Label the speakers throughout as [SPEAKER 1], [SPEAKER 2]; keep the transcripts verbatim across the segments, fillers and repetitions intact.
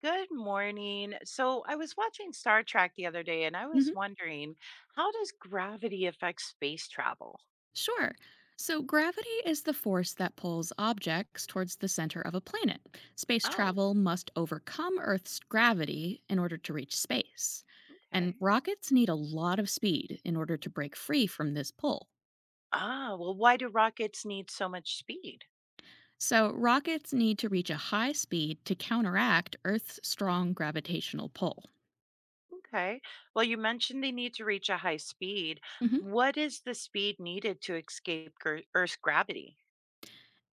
[SPEAKER 1] Good morning. So I was watching Star Trek the other day and I was
[SPEAKER 2] Hmm.
[SPEAKER 1] wondering, how does gravity affect space travel?
[SPEAKER 2] Sure. So, gravity is the force that pulls objects towards the center of a planet. Space
[SPEAKER 1] Oh,
[SPEAKER 2] travel must overcome Earth's gravity in order to reach space. And
[SPEAKER 1] okay.
[SPEAKER 2] rockets need a lot of speed in order to break free from this pull.
[SPEAKER 1] Ah, well, why do rockets need so much speed?
[SPEAKER 2] So, rockets need to reach a high speed to counteract Earth's strong gravitational pull.
[SPEAKER 1] Okay. Well, you mentioned they need to reach a high speed.
[SPEAKER 2] Mhm.
[SPEAKER 1] What is the speed needed to escape gr- Earth's gravity?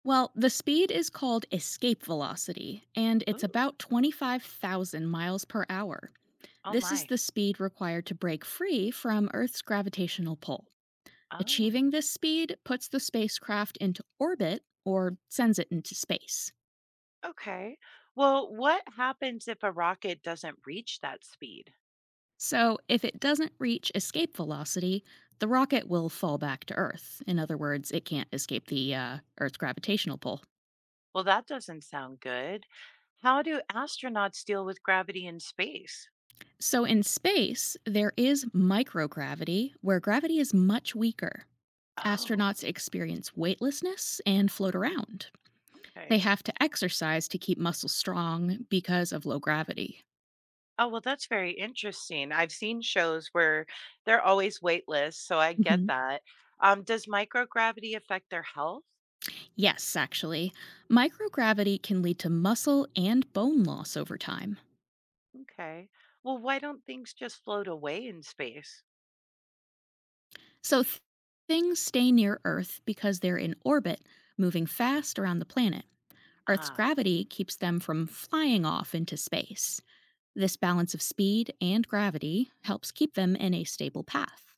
[SPEAKER 2] Well, the speed is called escape velocity, and it's
[SPEAKER 1] Ooh,
[SPEAKER 2] about twenty-five thousand miles per hour.
[SPEAKER 1] oh
[SPEAKER 2] This is
[SPEAKER 1] my.
[SPEAKER 2] the speed required to break free from Earth's gravitational pull.
[SPEAKER 1] Oh,
[SPEAKER 2] Achieving this speed puts the spacecraft into orbit or sends it into space.
[SPEAKER 1] okay. Well, what happens if a rocket doesn't reach that speed?
[SPEAKER 2] So, if it doesn't reach escape velocity, the rocket will fall back to Earth. In other words, it can't escape the uh, Earth's gravitational pull.
[SPEAKER 1] Well, that doesn't sound good. How do astronauts deal with gravity in space?
[SPEAKER 2] So, in space, there is microgravity, where gravity is much weaker.
[SPEAKER 1] Oh,
[SPEAKER 2] Astronauts experience weightlessness and float around. They
[SPEAKER 1] okay.
[SPEAKER 2] have to exercise to keep muscles strong because of low gravity.
[SPEAKER 1] Oh, well, that's very interesting. I've seen shows where they're always weightless, so I get
[SPEAKER 2] Hmm.
[SPEAKER 1] that. Um, does microgravity affect their health?
[SPEAKER 2] Yes, actually, microgravity can lead to muscle and bone loss over time.
[SPEAKER 1] Okay. Well, why don't things just float away in space?
[SPEAKER 2] So th- things stay near Earth because they're in orbit, moving fast around the planet. Earth's
[SPEAKER 1] Ah,
[SPEAKER 2] gravity keeps them from flying off into space. This balance of speed and gravity helps keep them in a stable path.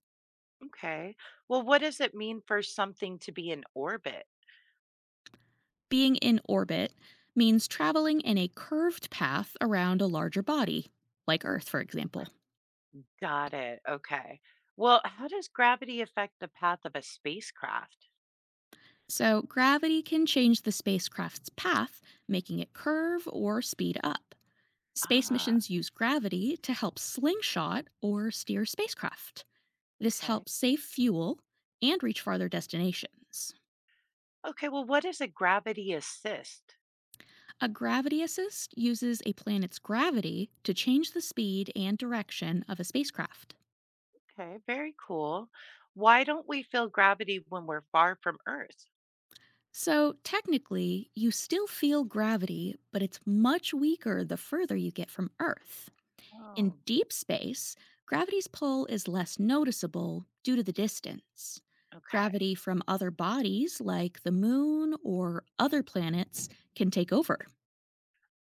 [SPEAKER 1] okay. Well, what does it mean for something to be in orbit?
[SPEAKER 2] Being in orbit means traveling in a curved path around a larger body, like Earth, for example.
[SPEAKER 1] Got it. Okay. Well, how does gravity affect the path of a spacecraft?
[SPEAKER 2] So, gravity can change the spacecraft's path, making it curve or speed up. Space
[SPEAKER 1] Ah,
[SPEAKER 2] missions use gravity to help slingshot or steer spacecraft. This
[SPEAKER 1] okay.
[SPEAKER 2] helps save fuel and reach farther destinations.
[SPEAKER 1] Okay, well, what is a gravity assist?
[SPEAKER 2] A gravity assist uses a planet's gravity to change the speed and direction of a spacecraft.
[SPEAKER 1] Okay, very cool. Why don't we feel gravity when we're far from Earth?
[SPEAKER 2] So, technically, you still feel gravity, but it's much weaker the further you get from Earth. In
[SPEAKER 1] Oh,
[SPEAKER 2] deep space, gravity's pull is less noticeable due to the distance.
[SPEAKER 1] okay.
[SPEAKER 2] Gravity from other bodies, like the moon or other planets, can take over.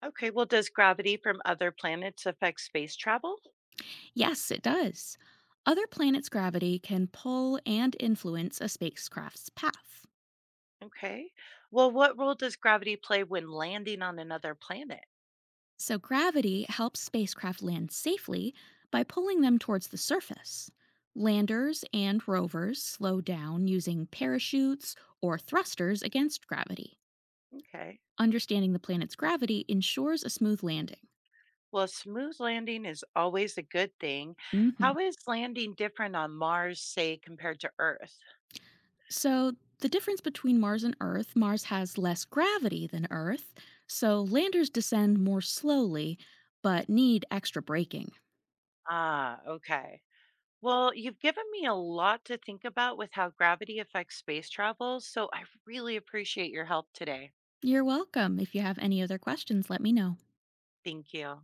[SPEAKER 1] Okay, well, does gravity from other planets affect space travel?
[SPEAKER 2] Yes, it does. Other planets' gravity can pull and influence a spacecraft's path.
[SPEAKER 1] Okay. Well, what role does gravity play when landing on another planet?
[SPEAKER 2] So, gravity helps spacecraft land safely by pulling them towards the surface. Landers and rovers slow down using parachutes or thrusters against gravity.
[SPEAKER 1] Okay.
[SPEAKER 2] Understanding the planet's gravity ensures a smooth landing.
[SPEAKER 1] Well, smooth landing is always a good thing.
[SPEAKER 2] Mhm.
[SPEAKER 1] How is landing different on Mars, say, compared to Earth?
[SPEAKER 2] So, the difference between Mars and Earth, Mars has less gravity than Earth, so landers descend more slowly but need extra braking.
[SPEAKER 1] Ah, okay. Well, you've given me a lot to think about with how gravity affects space travel, so I really appreciate your help today.
[SPEAKER 2] You're welcome. If you have any other questions, let me know.
[SPEAKER 1] Thank you.